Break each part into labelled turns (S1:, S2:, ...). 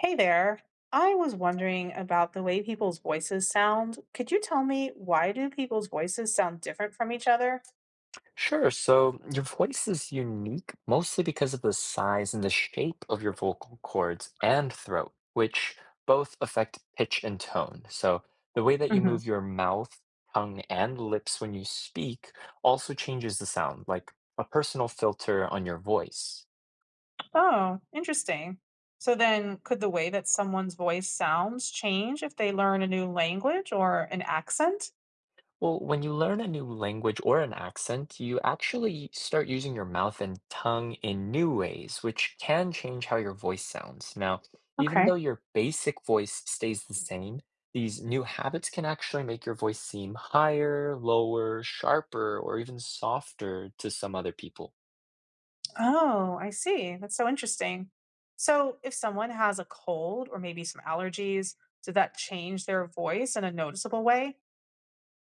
S1: Hey there. I was wondering about the way people's voices sound. Could you tell me why do people's voices sound different from each other?
S2: Sure. So your voice is unique mostly because of the size and the shape of your vocal cords and throat, which both affect pitch and tone. So the way that you
S1: Hmm.
S2: move your mouth, tongue, and lips when you speak also changes the sound, like a personal filter on your voice.
S1: Oh, interesting. So then could the way that someone's voice sounds change if they learn a new language or an accent?
S2: Well, when you learn a new language or an accent, you actually start using your mouth and tongue in new ways, which can change how your voice sounds. Now, even
S1: Okay.
S2: though your basic voice stays the same, these new habits can actually make your voice seem higher, lower, sharper, or even softer to some other people.
S1: Oh, I see. That's so interesting. So if someone has a cold or maybe some allergies, did that change their voice in a noticeable way?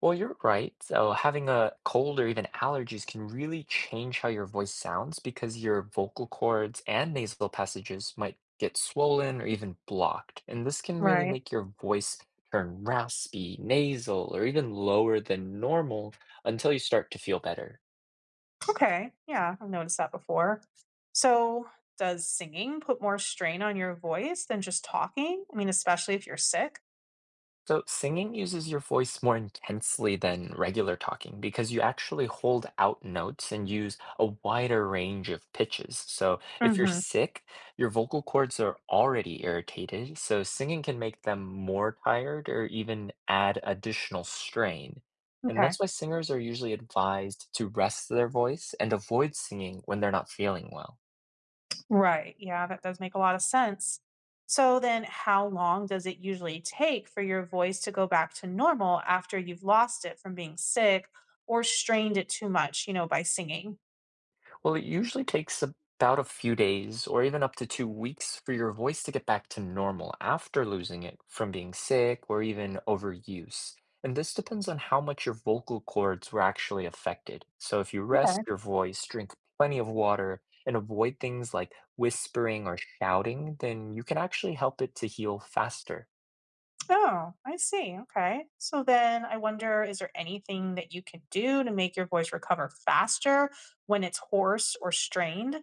S2: Well, you're right. So, having a cold or even allergies can really change how your voice sounds because your vocal cords and nasal passages might get swollen or even blocked. And this can really
S1: Right.
S2: make your voice turn raspy, nasal, or even lower than normal until you start to feel better.
S1: Okay. Yeah, I've noticed that before. So, does singing put more strain on your voice than just talking? I mean, especially if you're sick?
S2: So, singing uses your voice more intensely than regular talking because you actually hold out notes and use a wider range of pitches. So, if you're
S1: Hmm.
S2: sick, your vocal cords are already irritated, so singing can make them more tired or even add additional strain. And that's
S1: Okay.
S2: why singers are usually advised to rest their voice and avoid singing when they're not feeling well.
S1: Right. Yeah, that does make a lot of sense. So, then how long does it usually take for your voice to go back to normal after you've lost it from being sick or strained it too much, by singing?
S2: Well, it usually takes about a few days or even up to 2 weeks for your voice to get back to normal after losing it from being sick or even overuse. And this depends on how much your vocal cords were actually affected. So if you rest
S1: Okay.
S2: your voice, drink plenty of water, and avoid things like whispering or shouting, then you can actually help it to heal faster.
S1: Oh, I see. Okay. So then I wonder is there anything that you can do to make your voice recover faster when it's hoarse or strained?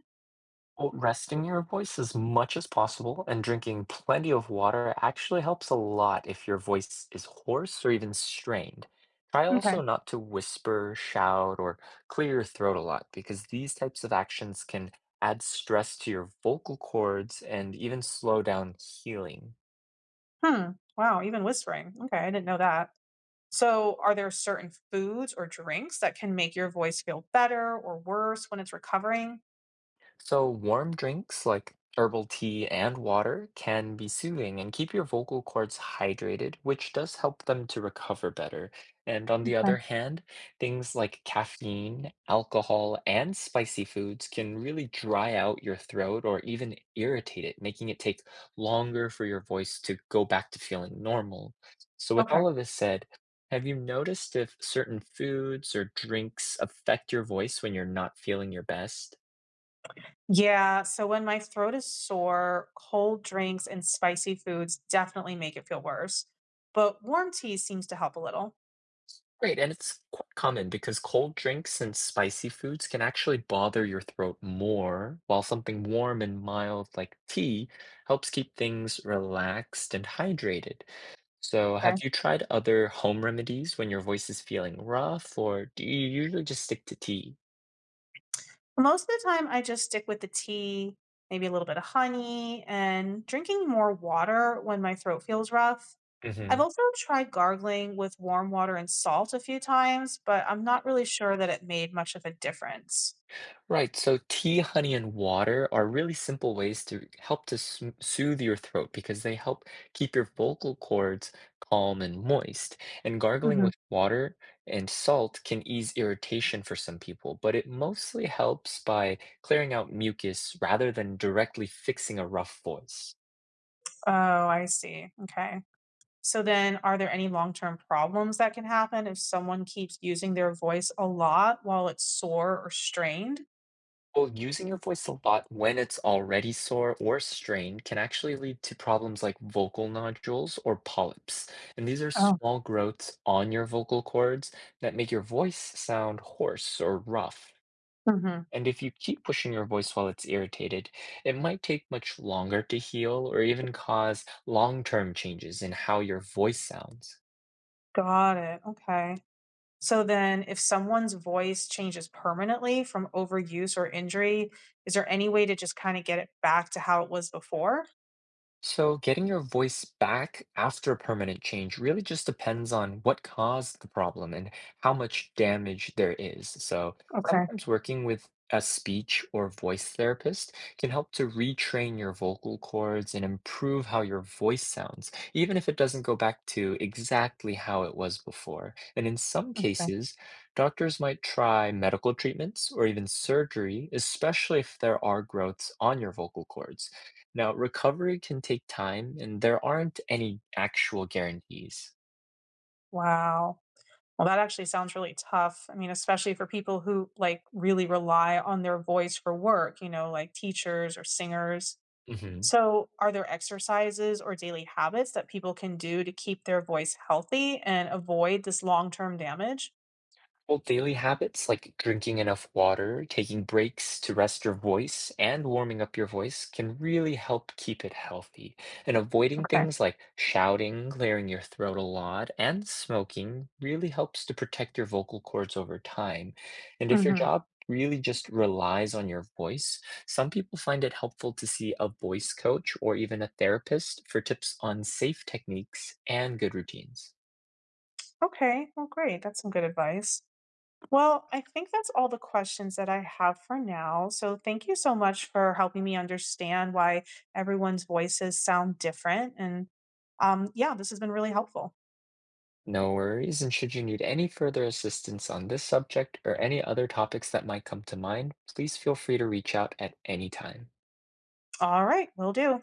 S2: Well, resting your voice as much as possible and drinking plenty of water actually helps a lot if your voice is hoarse or even strained. Try
S1: Okay.
S2: also not to whisper, shout, or clear your throat a lot because these types of actions can add stress to your vocal cords and even slow down healing.
S1: Hmm. Wow. Even whispering. Okay. I didn't know that. So are there certain foods or drinks that can make your voice feel better or worse when it's recovering?
S2: So, warm drinks like herbal tea and water can be soothing and keep your vocal cords hydrated, which does help them to recover better. And on the
S1: Okay.
S2: other hand, things like caffeine, alcohol, and spicy foods can really dry out your throat or even irritate it, making it take longer for your voice to go back to feeling normal. So, with
S1: Okay.
S2: all of this said, have you noticed if certain foods or drinks affect your voice when you're not feeling your best?
S1: Yeah. So when my throat is sore, cold drinks and spicy foods definitely make it feel worse. But warm tea seems to help a little.
S2: Great, and it's quite common because cold drinks and spicy foods can actually bother your throat more, while something warm and mild like tea helps keep things relaxed and hydrated. So, have
S1: Okay.
S2: you tried other home remedies when your voice is feeling rough, or do you usually just stick to tea?
S1: Most of the time, I just stick with the tea, maybe a little bit of honey, and drinking more water when my throat feels rough.
S2: Hmm.
S1: I've also tried gargling with warm water and salt a few times, but I'm not really sure that it made much of a difference.
S2: Right, so tea, honey, and water are really simple ways to help to soothe your throat because they help keep your vocal cords calm and moist. And gargling
S1: Hmm.
S2: with water and salt can ease irritation for some people, but it mostly helps by clearing out mucus rather than directly fixing a rough voice.
S1: Oh, I see. Okay. So then, are there any long term problems that can happen if someone keeps using their voice a lot while it's sore or strained?
S2: Well, using your voice a lot when it's already sore or strained can actually lead to problems like vocal nodules or polyps. And these are
S1: Oh,
S2: small growths on your vocal cords that make your voice sound hoarse or rough.
S1: hmm.
S2: And if you keep pushing your voice while it's irritated, it might take much longer to heal or even cause long-term changes in how your voice sounds.
S1: Got it. Okay. So then if someone's voice changes permanently from overuse or injury, is there any way to just kinda get it back to how it was before?
S2: So, getting your voice back after permanent change really just depends on what caused the problem and how much damage there is. So,
S1: Okay,
S2: sometimes working with a speech or voice therapist can help to retrain your vocal cords and improve how your voice sounds, even if it doesn't go back to exactly how it was before. And in some
S1: okay.
S2: cases, doctors might try medical treatments or even surgery, especially if there are growths on your vocal cords. Now, recovery can take time, and there aren't any actual guarantees.
S1: Wow. Well, that actually sounds really tough. I mean, especially for people who, like, really rely on their voice for work, like teachers or singers.
S2: Hmm.
S1: So, are there exercises or daily habits that people can do to keep their voice healthy and avoid this long-term damage?
S2: Well, daily habits like drinking enough water, taking breaks to rest your voice, and warming up your voice can really help keep it healthy. And avoiding
S1: Okay.
S2: things like shouting, clearing your throat a lot, and smoking really helps to protect your vocal cords over time. And if your
S1: Mhm.
S2: job really just relies on your voice, some people find it helpful to see a voice coach or even a therapist for tips on safe techniques and good routines.
S1: Okay, well, great, that's some good advice. Well, I think that's all the questions that I have for now. So thank you so much for helping me understand why everyone's voices sound different. And yeah, this has been really helpful.
S2: No worries. And should you need any further assistance on this subject or any other topics that might come to mind, please feel free to reach out at any time.
S1: All right, will do.